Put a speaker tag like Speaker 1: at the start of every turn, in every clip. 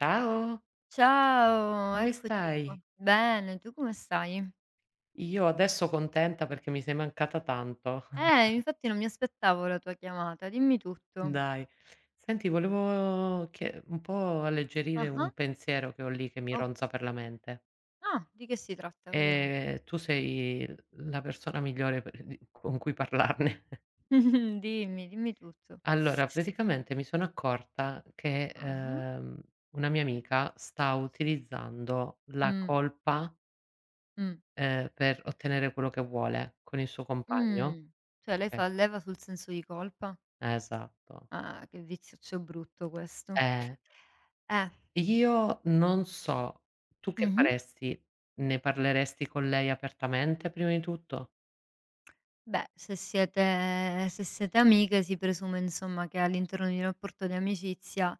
Speaker 1: Ciao,
Speaker 2: Ciao,
Speaker 1: come
Speaker 2: eccoci qua.
Speaker 1: stai?
Speaker 2: Bene, tu come stai?
Speaker 1: Io adesso contenta perché mi sei mancata tanto.
Speaker 2: Infatti non mi aspettavo la tua chiamata, dimmi tutto.
Speaker 1: Dai. Senti, volevo chie un po' alleggerire
Speaker 2: Ah-ah,
Speaker 1: un pensiero che ho lì che mi
Speaker 2: o
Speaker 1: ronza per la mente.
Speaker 2: ah, di che si tratta? Vediamo.
Speaker 1: Tu sei la persona migliore per di con cui parlarne.
Speaker 2: Dimmi, dimmi tutto.
Speaker 1: Allora, praticamente mi sono accorta che,
Speaker 2: Ah-ah.
Speaker 1: una mia amica sta utilizzando la
Speaker 2: Mh,
Speaker 1: colpa,
Speaker 2: mh,
Speaker 1: per ottenere quello che vuole con il suo compagno.
Speaker 2: mh. Cioè lei
Speaker 1: Okay,
Speaker 2: fa leva sul senso di colpa?
Speaker 1: esatto.
Speaker 2: Ah, che viziaccio brutto questo.
Speaker 1: Eh,
Speaker 2: Eh.
Speaker 1: io non so, tu che
Speaker 2: Mh-mh.
Speaker 1: faresti? Ne parleresti con lei apertamente prima di tutto,
Speaker 2: Beh, se siete amiche si presume insomma che all'interno di un rapporto di amicizia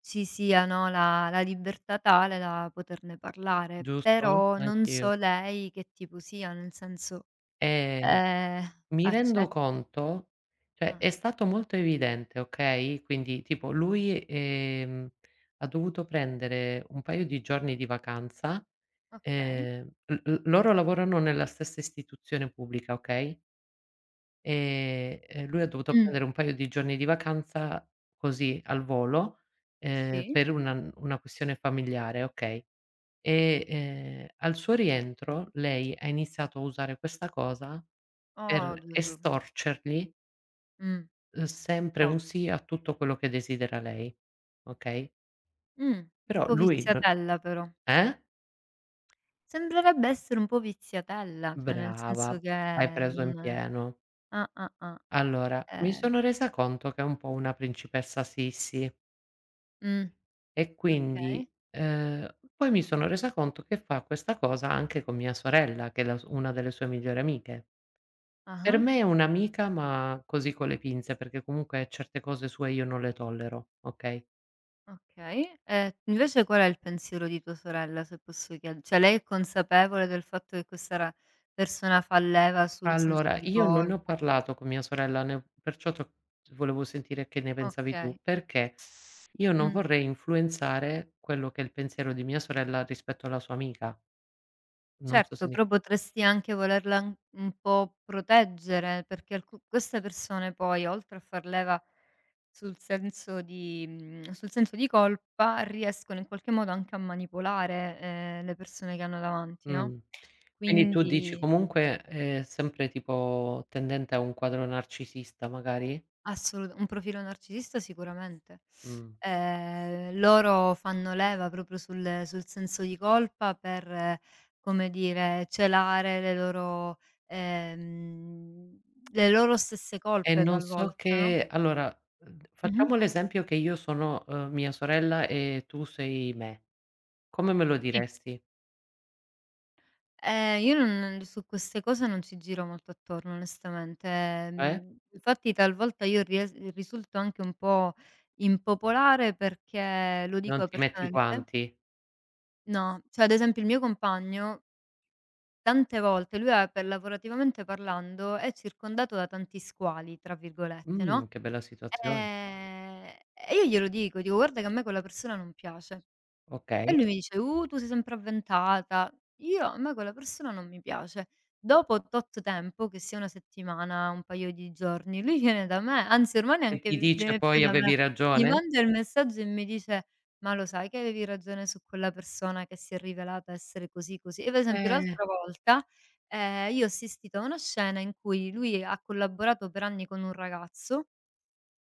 Speaker 2: ci sia, no, la libertà tale da poterne parlare,
Speaker 1: giusto?
Speaker 2: però non
Speaker 1: Anch'io.
Speaker 2: so lei che tipo sia, nel senso,
Speaker 1: Ehm,
Speaker 2: ehm,
Speaker 1: mi rendo
Speaker 2: accetta
Speaker 1: conto cioè
Speaker 2: ah,
Speaker 1: è stato molto evidente, okay, quindi tipo lui, ha dovuto prendere un paio di giorni di vacanza,
Speaker 2: okay.
Speaker 1: l l loro lavorano nella stessa istituzione pubblica, okay? Lui ha dovuto
Speaker 2: Mh,
Speaker 1: prendere un paio di giorni di vacanza così al volo,
Speaker 2: sì.
Speaker 1: per una questione familiare, okay. E, al suo rientro lei ha iniziato a usare questa cosa
Speaker 2: Oh
Speaker 1: per
Speaker 2: Gesù.
Speaker 1: estorcergli,
Speaker 2: Mh,
Speaker 1: sempre
Speaker 2: po
Speaker 1: un sì a tutto quello che desidera lei, okay.
Speaker 2: mh,
Speaker 1: Però
Speaker 2: un po'
Speaker 1: lui n
Speaker 2: viziatella però.
Speaker 1: eh?
Speaker 2: Sembrerebbe essere un po' viziatella, cioè nel
Speaker 1: Brava,
Speaker 2: senso che
Speaker 1: hai preso in
Speaker 2: non
Speaker 1: pieno.
Speaker 2: ah, ah, ah,
Speaker 1: Allora, mi
Speaker 2: eh,
Speaker 1: sono resa conto che è un po' una principessa Sissi.
Speaker 2: mh.
Speaker 1: E quindi,
Speaker 2: Okay.
Speaker 1: poi mi sono resa conto che fa questa cosa anche con mia sorella, che è la s una delle sue migliori amiche. Per
Speaker 2: Ah-ah,
Speaker 1: me è un'amica, ma così con le pinze, perché comunque certe cose sue io non le tollero, okay?
Speaker 2: okay. E invece qual è il pensiero di tua sorella, se posso chied cioè lei è consapevole del fatto che questa ra persona fa leva sul senso
Speaker 1: Allora,
Speaker 2: di
Speaker 1: io non ne ho
Speaker 2: colpa?
Speaker 1: parlato con mia sorella, ne ho perciò t'ho volevo sentire che ne pensavi tu,
Speaker 2: Okay.
Speaker 1: perché io non
Speaker 2: Mh.
Speaker 1: vorrei influenzare quello che è il pensiero di mia sorella rispetto alla sua amica. Non so se
Speaker 2: Certo,
Speaker 1: mi
Speaker 2: però potresti anche volerla an un po' proteggere, perché alcu queste persone poi oltre a far leva sul senso di colpa, riescono in qualche modo anche a manipolare, le persone che hanno davanti, no,
Speaker 1: Mh. Quindi tu dici
Speaker 2: quindi
Speaker 1: comunque è sempre tipo tendente a un quadro narcisista magari?
Speaker 2: Assolut un profilo narcisista sicuramente.
Speaker 1: Mh.
Speaker 2: Loro fanno leva proprio sul senso di colpa per, come dire, celare le loro ehm, le loro stesse
Speaker 1: E
Speaker 2: colpe
Speaker 1: non so
Speaker 2: talvolta, no?
Speaker 1: che allora,
Speaker 2: Mh-mh.
Speaker 1: facciamo l'esempio che io sono, mia sorella e tu sei me. Come me lo
Speaker 2: Sì.
Speaker 1: diresti?
Speaker 2: Io non su queste cose non ci giro molto attorno onestamente.
Speaker 1: Cioè?
Speaker 2: Infatti talvolta io ries risulto anche un po' impopolare perché lo dico
Speaker 1: Non ti metti i
Speaker 2: apertamente.
Speaker 1: guanti?
Speaker 2: No, cioè ad esempio il mio compagno. Tante volte lui è per lavorativamente parlando è circondato da tanti "squali" tra virgolette, no,
Speaker 1: Che bella situazione.
Speaker 2: ehm, e io glielo dico, dico: "Guarda che a me quella persona non piace". E
Speaker 1: Okay.
Speaker 2: lui mi dice: tu sei sempre avventata". Io a me quella persona non mi piace. Dopo tot tempo, che sia 1 settimana, un paio di giorni, lui viene da me, anzi ormai
Speaker 1: E
Speaker 2: neanche
Speaker 1: ti
Speaker 2: vi
Speaker 1: dice
Speaker 2: viene più
Speaker 1: poi:
Speaker 2: da
Speaker 1: "Avevi
Speaker 2: me, mi
Speaker 1: ragione?"
Speaker 2: manda il messaggio e mi dice: "Ma lo sai che avevi ragione su quella persona che si è rivelata essere così, così?" Io per esempio
Speaker 1: Eh.
Speaker 2: l'altra volta, io ho assistito a una scena in cui lui ha collaborato per anni con un ragazzo.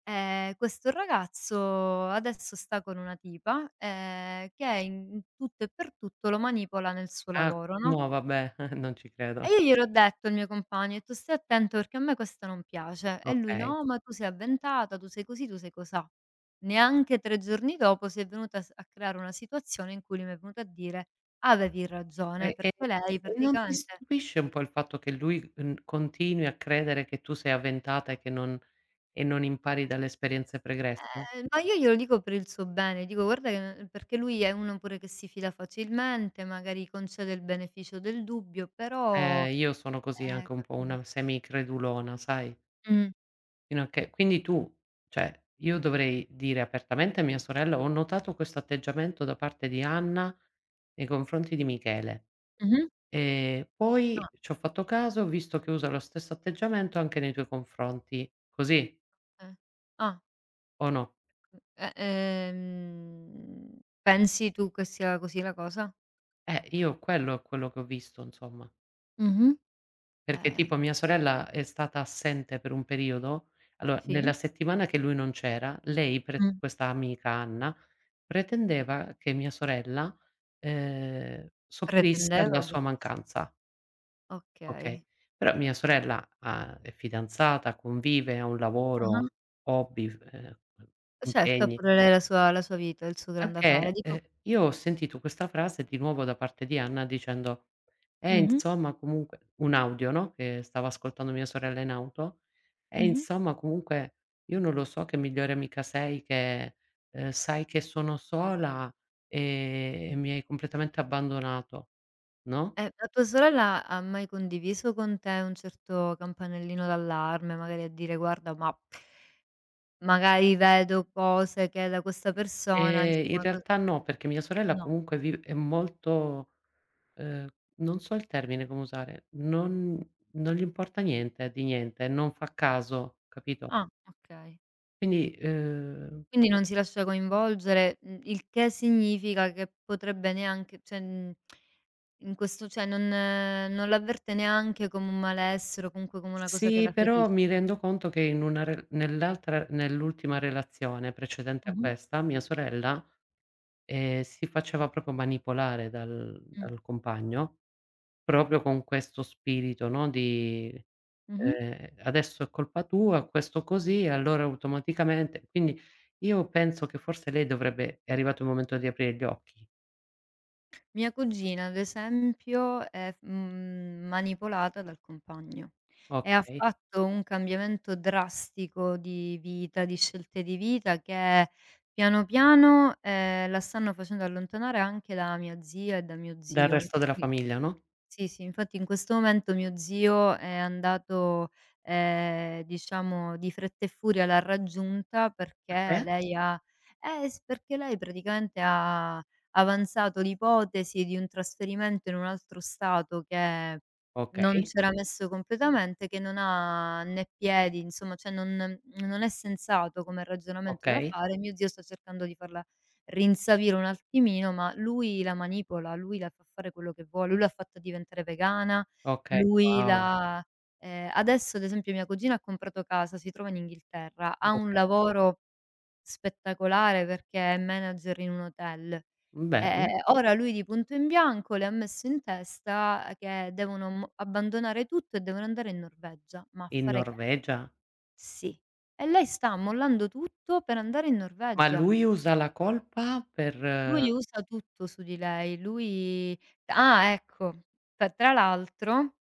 Speaker 2: Questo ragazzo adesso sta con una tipa, che in tutto e per tutto lo manipola nel suo
Speaker 1: Ah,
Speaker 2: lavoro, no,
Speaker 1: no vabbè, non ci credo.
Speaker 2: e io gliel'ho detto al mio compagno, ho detto: "Stai attento perché a me questo non piace". E lui:
Speaker 1: Okay.
Speaker 2: "No, ma tu sei avventata, tu sei così, tu sei cosà". Neanche 3 giorni dopo si è venuta a s a creare una situazione in cui lui mi è venuto a dire: "Avevi ragione
Speaker 1: E e
Speaker 2: perché lei
Speaker 1: e non ti
Speaker 2: praticamente".
Speaker 1: stupisce un po' il fatto che lui, continui a credere che tu sei avventata e che non e non impari dalle esperienze pregresse?
Speaker 2: Ma io glielo dico per il suo bene, dico: "Guarda che", perché lui è uno pure che si fila facilmente, magari concede il beneficio del dubbio, però
Speaker 1: Io sono così anche un po' una
Speaker 2: capito.
Speaker 1: semicredulona, sai,
Speaker 2: Mh.
Speaker 1: fino a che quindi tu cioè, io dovrei dire apertamente a mia sorella: "Ho notato questo atteggiamento da parte di Anna nei confronti di Michele
Speaker 2: Mh-mh.
Speaker 1: e poi
Speaker 2: Ah,
Speaker 1: ci ho fatto caso, ho visto che usa lo stesso atteggiamento anche nei tuoi confronti." Così
Speaker 2: eh. Ah,
Speaker 1: o no?
Speaker 2: pensi tu che sia così la cosa?
Speaker 1: Io quello è quello che ho visto insomma,
Speaker 2: Mh-mh.
Speaker 1: perché
Speaker 2: Eh,
Speaker 1: tipo mia sorella è stata assente per un periodo, allora nella
Speaker 2: sì.
Speaker 1: settimana che lui non c'era, lei pre
Speaker 2: Mh.
Speaker 1: questa amica Anna, pretendeva che mia sorella, sopperisse
Speaker 2: Pretendeva
Speaker 1: alla
Speaker 2: d
Speaker 1: sua mancanza, okay,
Speaker 2: okay.
Speaker 1: però mia sorella ha è fidanzata, convive, ha un
Speaker 2: Ah-ah.
Speaker 1: lavoro, hobby, f
Speaker 2: Certo, ha
Speaker 1: impegni
Speaker 2: pure lei la sua vita, il suo grande affare.
Speaker 1: Anche,
Speaker 2: Dico
Speaker 1: io ho sentito questa frase di nuovo da parte di Anna dicendo:
Speaker 2: mh-mh,
Speaker 1: insomma comunque" un audio, no, che stava ascoltando mia sorella in auto:
Speaker 2: mh-mh.
Speaker 1: insomma comunque io non lo so che migliore amica sei, che, sai che sono sola e mi hai completamente abbandonato", no,
Speaker 2: La tua sorella ha mai condiviso con te un certo campanellino d'allarme, magari a dire: "Guarda, ma magari vedo cose che da questa persona
Speaker 1: in
Speaker 2: insomma co"
Speaker 1: realtà no, perché mia sorella
Speaker 2: no.
Speaker 1: comunque vi è molto Ehm, non so il termine come usare, non non gli importa niente di niente, non fa caso, capito?
Speaker 2: Ah, okay.
Speaker 1: Quindi,
Speaker 2: Quindi non si lascia coinvolgere, il che significa che potrebbe neanche cioè, in questo cioè non l'avverte neanche come un malessere o comunque come una cosa che
Speaker 1: sì,
Speaker 2: la
Speaker 1: però mi
Speaker 2: ferisce.
Speaker 1: rendo conto che in una re nell'altra nell'ultima relazione precedente a
Speaker 2: Mh-mh.
Speaker 1: questa, mia sorella, si faceva proprio manipolare dal
Speaker 2: Mh.
Speaker 1: dal compagno Proprio con questo spirito, no, di,
Speaker 2: Mh-mh.
Speaker 1: "Adesso è colpa tua, questo così", allora automaticamente quindi io penso che forse lei dovrebbe è arrivato il momento di aprire gli occhi,
Speaker 2: Mia cugina, ad esempio, è, manipolata dal compagno e ha
Speaker 1: okay,
Speaker 2: fatto un cambiamento drastico di vita, di scelte di vita che piano piano, la stanno facendo allontanare anche da mia zia e da mio
Speaker 1: dal
Speaker 2: zio.
Speaker 1: resto della famiglia, no,
Speaker 2: Sì, sì, infatti in questo momento mio zio è andato, diciamo di fretta e furia l'ha raggiunta
Speaker 1: per te?
Speaker 2: perché lei ha s perché lei praticamente ha avanzato l'ipotesi di un trasferimento in un altro stato che non
Speaker 1: Okay,
Speaker 2: c'era messo completamente, che non ha né piedi, insomma, cioè non è sensato come ragionamento da
Speaker 1: okay,
Speaker 2: fare. Mio zio sta cercando di farla rinsavire un attimino, ma lui la manipola, lui la fa fare quello che vuole, lui l'ha fatta diventare vegana.
Speaker 1: okay,
Speaker 2: Lui
Speaker 1: wow,
Speaker 2: l'ha Adesso ad esempio mia cugina ha comprato casa, si trova in Inghilterra, ha un
Speaker 1: okay,
Speaker 2: lavoro spettacolare perché è manager in un hotel. Ehm,
Speaker 1: bene.
Speaker 2: ora lui di punto in bianco le ha messo in testa che devono mo abbandonare tutto e devono andare in Norvegia. Ma a
Speaker 1: In
Speaker 2: fare che?
Speaker 1: Norvegia?
Speaker 2: Sì. E lei sta mollando tutto per andare in
Speaker 1: Ma
Speaker 2: Norvegia.
Speaker 1: lui usa la colpa per
Speaker 2: Lui usa tutto su di lei, lui ah, ecco, tra l'altro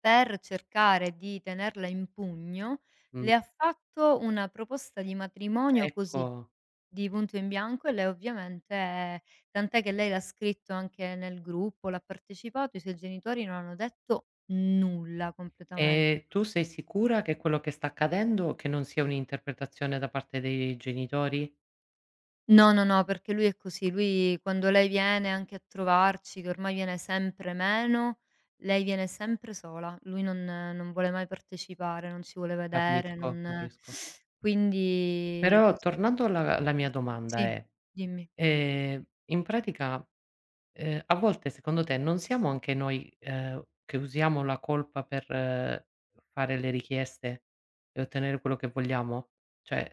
Speaker 2: per cercare di tenerla in pugno,
Speaker 1: mh,
Speaker 2: le ha fatto una proposta di matrimonio così,
Speaker 1: ecco.
Speaker 2: di punto in bianco e lei ovviamente tant'è che lei l'ha scritto anche nel gruppo, l'ha partecipato, i suoi genitori non hanno detto nulla completamente.
Speaker 1: E tu sei sicura che quello che sta accadendo che non sia un'interpretazione da parte dei genitori?
Speaker 2: No, no, no, perché lui è così, lui quando lei viene anche a trovarci, che ormai viene sempre meno, lei viene sempre sola. Lui non vuole mai partecipare, non ci vuole vedere,
Speaker 1: Capisco,
Speaker 2: non
Speaker 1: capisco.
Speaker 2: quindi
Speaker 1: Però
Speaker 2: cos
Speaker 1: tornando alla alla mia domanda
Speaker 2: sì,
Speaker 1: è,
Speaker 2: dimmi.
Speaker 1: ehm, in pratica, a volte secondo te non siamo anche noi, che usiamo la colpa per fare le richieste e ottenere quello che vogliamo? Cioè,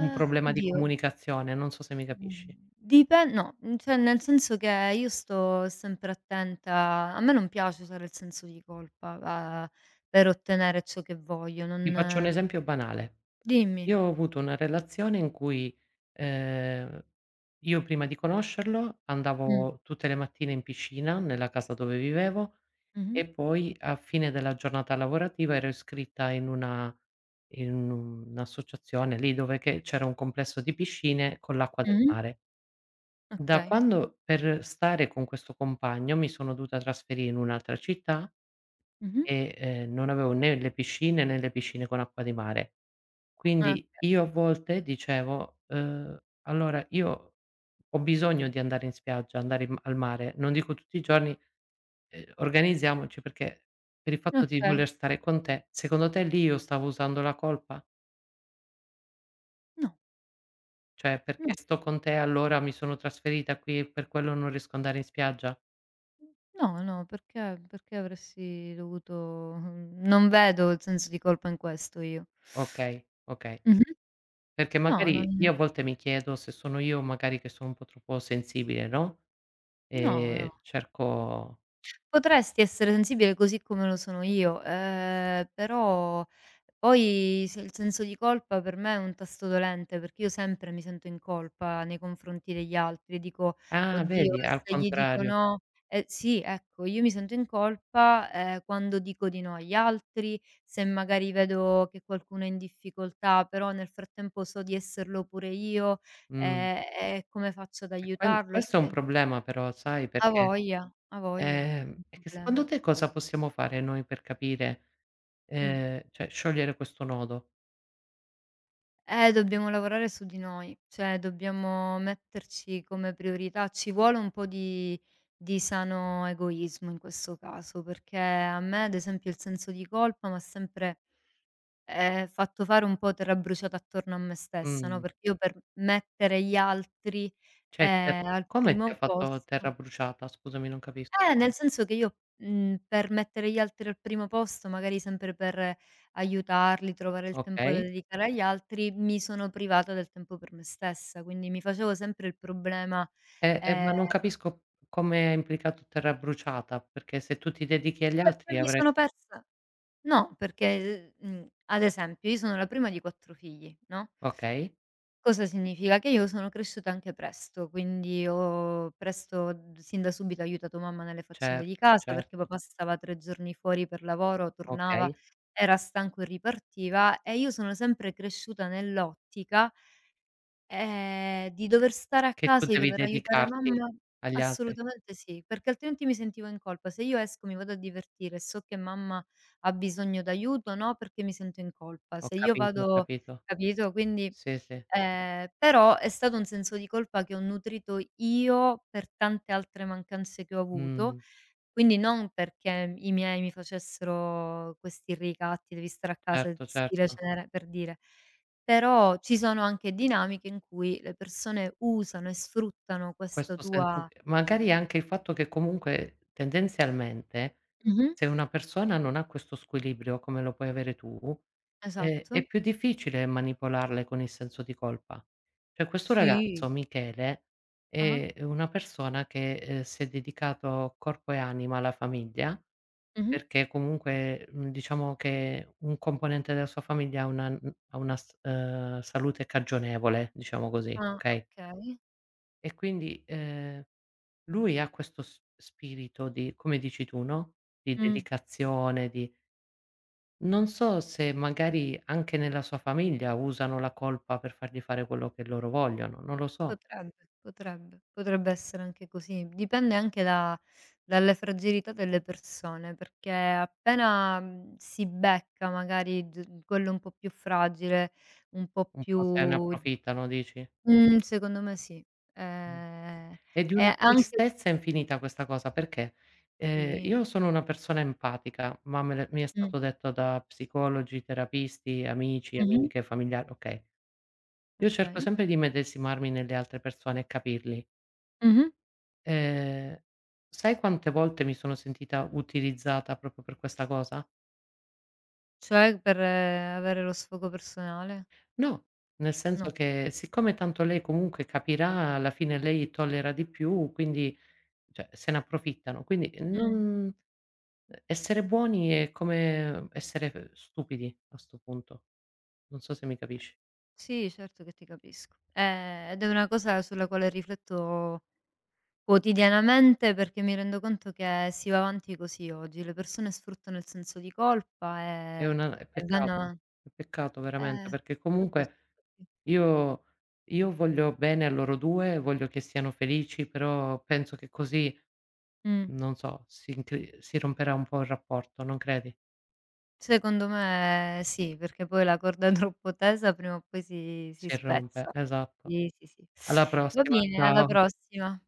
Speaker 1: un problema di
Speaker 2: oddio,
Speaker 1: comunicazione, non so se mi
Speaker 2: mhmm,
Speaker 1: capisci.
Speaker 2: dipen no, cioè nel senso che io sto sempre attenta a me non piace usare il senso di colpa, a per ottenere ciò che voglio,
Speaker 1: Ti faccio un
Speaker 2: non
Speaker 1: esempio banale.
Speaker 2: dimmi.
Speaker 1: Io ho avuto una relazione in cui, ehm, io prima di conoscerlo
Speaker 2: Mh.
Speaker 1: andavo tutte le mattine in piscina nella casa dove vivevo
Speaker 2: Mh-mh.
Speaker 1: e poi a fine della giornata lavorativa ero iscritta in una in un'associazione lì dove che c'era un complesso di piscine con l'acqua del
Speaker 2: Mh-mh.
Speaker 1: mare. Da
Speaker 2: Okay.
Speaker 1: quando per stare con questo compagno mi sono dovuta trasferire in un'altra città
Speaker 2: Mh-mh.
Speaker 1: e, non avevo né le piscine, né le piscine con acqua di mare.
Speaker 2: Ah, okay.
Speaker 1: Quindi io a volte dicevo: allora io ho bisogno di andare in spiaggia, andare in al mare, non dico tutti i giorni, organizziamoci perché per il fatto di
Speaker 2: Okay.
Speaker 1: voler stare con te, secondo te lì io stavo usando la colpa? Cioè
Speaker 2: No,
Speaker 1: perché
Speaker 2: no,
Speaker 1: sto con te allora mi sono trasferita qui e per quello non riesco ad andare in spiaggia?
Speaker 2: no, no, perché avresti dovuto, non vedo il senso di colpa in questo io.
Speaker 1: Okay, okay."
Speaker 2: Mh-mh.
Speaker 1: Perché
Speaker 2: No, non,
Speaker 1: magari io a volte mi chiedo se sono io magari che sono un po' troppo sensibile, no?
Speaker 2: no, no.
Speaker 1: Cerco
Speaker 2: Potresti essere sensibile così come lo sono io, però poi se il senso di colpa per me è un tasto dolente, perché io sempre mi sento in colpa nei confronti degli altri, dico:
Speaker 1: ah
Speaker 2: "Oddio
Speaker 1: vedi,
Speaker 2: e
Speaker 1: al
Speaker 2: se gli dico
Speaker 1: contrario.
Speaker 2: no", eh sì, ecco, io mi sento in colpa, quando dico di no agli altri, se magari vedo che qualcuno è in difficoltà, però nel frattempo so di esserlo pure io,
Speaker 1: Mh.
Speaker 2: e come faccio ad
Speaker 1: E que
Speaker 2: aiutarlo?
Speaker 1: questo è un
Speaker 2: E
Speaker 1: problema però sai perché
Speaker 2: ha voglia, il
Speaker 1: è che
Speaker 2: problema.
Speaker 1: secondo te cosa possiamo fare noi per capire
Speaker 2: Mh.
Speaker 1: cioè sciogliere questo nodo?
Speaker 2: Dobbiamo lavorare su di noi, cioè dobbiamo metterci come priorità. Ci vuole un po' di sano egoismo in questo caso, perché a me ad esempio il senso di colpa m'ha sempre, fatto fare un po' terra bruciata attorno a me stessa, no,
Speaker 1: Mh.
Speaker 2: perché io per mettere gli altri,
Speaker 1: Cioè te
Speaker 2: al
Speaker 1: come ti ha
Speaker 2: primo
Speaker 1: fatto
Speaker 2: posto.
Speaker 1: terra bruciata? Scusami, non capis
Speaker 2: Nel senso che io, per mettere gli altri al primo posto, magari sempre per aiutarli, trovare il tempo da
Speaker 1: okay.
Speaker 2: dedicare agli altri, mi sono privata del tempo per me stessa, quindi mi facevo sempre il problema, ehm,
Speaker 1: Ma non capisco come ha implicato terra bruciata, perché se tu ti dedichi agli
Speaker 2: perché
Speaker 1: altri
Speaker 2: mi
Speaker 1: avrai
Speaker 2: sono
Speaker 1: s
Speaker 2: persa, no, perché, ad esempio, io sono la prima di 4 figli, no?
Speaker 1: okay,
Speaker 2: Cosa significa? Che io sono cresciuta anche presto, quindi ho presto d sin da subito aiutato mamma nelle faccende di
Speaker 1: certo,
Speaker 2: casa, perché
Speaker 1: certo,
Speaker 2: papà stava 3 giorni fuori per lavoro, tornava,
Speaker 1: okay.
Speaker 2: era stanco e ripartiva e io sono sempre cresciuta nell'ottica, di dover stare a
Speaker 1: Che tu
Speaker 2: casa, di
Speaker 1: devi
Speaker 2: dover aiutare
Speaker 1: dedicarti
Speaker 2: mamma.
Speaker 1: agli altri.
Speaker 2: Assolutamente sì, perché altrimenti mi sentivo in colpa. Se io esco, mi vado a divertire e so che mamma ha bisogno d'aiuto, no, perché mi sento in colpa.
Speaker 1: Ho
Speaker 2: Se io
Speaker 1: capito, ho
Speaker 2: vado,
Speaker 1: capito.
Speaker 2: capito? Quindi,
Speaker 1: Sì, sì.
Speaker 2: però è stato un senso di colpa che ho nutrito io per tante altre mancanze che ho avuto
Speaker 1: Mh.
Speaker 2: quindi non perché i miei mi facessero questi ricatti: "Devi stare a casa
Speaker 1: Certo,
Speaker 2: stile
Speaker 1: certo.
Speaker 2: cenere", per dire. Però ci sono anche dinamiche in cui le persone usano e sfruttano questa
Speaker 1: Questo senso
Speaker 2: tua
Speaker 1: di magari anche il fatto che comunque tendenzialmente,
Speaker 2: mh-mh,
Speaker 1: se una persona non ha questo squilibrio come lo puoi avere tu, è
Speaker 2: esatto.
Speaker 1: più difficile manipolarle con il senso di colpa. Cioè questo
Speaker 2: Sì.
Speaker 1: ragazzo, Michele,
Speaker 2: Ah-ah,
Speaker 1: è una persona che, si è dedicato corpo e anima alla famiglia,
Speaker 2: mh-mh.
Speaker 1: perché comunque, diciamo che un componente della sua famiglia ha una n ha una s salute cagionevole, diciamo così,
Speaker 2: Ah,
Speaker 1: okay,
Speaker 2: okay.
Speaker 1: e quindi, lui ha questo s spirito di come dici tu, no, di
Speaker 2: Mh.
Speaker 1: dedicazione, di non so se magari anche nella sua famiglia usano la colpa per fargli fare quello che loro vogliono, non lo so.
Speaker 2: Potrebbe, potrebbe. Potrebbe essere anche così. Dipende anche da dalle fragilità delle persone, perché appena, si becca magari d quello un po' più fragile, un po'
Speaker 1: Un
Speaker 2: più,
Speaker 1: po' se ne approfittano dici?
Speaker 2: mhmm, secondo me sì.
Speaker 1: Eh.
Speaker 2: Ehm,
Speaker 1: È di una
Speaker 2: e anche
Speaker 1: tristezza infinita questa cosa, perché,
Speaker 2: sì.
Speaker 1: io sono una persona empatica, ma me l'è mi è
Speaker 2: Mh.
Speaker 1: stato detto da psicologi, terapisti, amici,
Speaker 2: Mh-mh.
Speaker 1: amiche, familiari, okay. Io cerco
Speaker 2: Okay.
Speaker 1: sempre di medesimarmi nelle altre persone e capirli.
Speaker 2: Mh-mh.
Speaker 1: Ehm, sai quante volte mi sono sentita utilizzata proprio per questa cosa?
Speaker 2: Cioè per avere lo sfogo personale?
Speaker 1: No, nel senso
Speaker 2: No.
Speaker 1: che siccome tanto lei comunque capirà, alla fine lei tollera di più, quindi cioè se ne approfittano. Quindi
Speaker 2: Mh.
Speaker 1: non essere buoni è come essere f stupidi a 'sto punto. Non so se mi capisci.
Speaker 2: Sì, certo che ti capisco. Ed è una cosa sulla quale rifletto quotidianamente perché mi rendo conto che si va avanti così oggi, le persone sfruttano il senso di colpa
Speaker 1: È
Speaker 2: e
Speaker 1: una
Speaker 2: e vanno avan
Speaker 1: è peccato veramente,
Speaker 2: eh,
Speaker 1: perché
Speaker 2: proprio sì,
Speaker 1: comunque
Speaker 2: proprio
Speaker 1: io voglio bene a loro 2, voglio che siano felici, però penso che così
Speaker 2: mh.
Speaker 1: Non so, si incri si romperà un po' il rapporto, non credi?
Speaker 2: Secondo me sì, perché poi la corda troppo tesa prima o poi si
Speaker 1: Si rompe,
Speaker 2: spezza.
Speaker 1: esatto.
Speaker 2: Sì, sì, sì.
Speaker 1: Alla
Speaker 2: Va
Speaker 1: prossima,
Speaker 2: bene, alla
Speaker 1: ciao.
Speaker 2: prossima.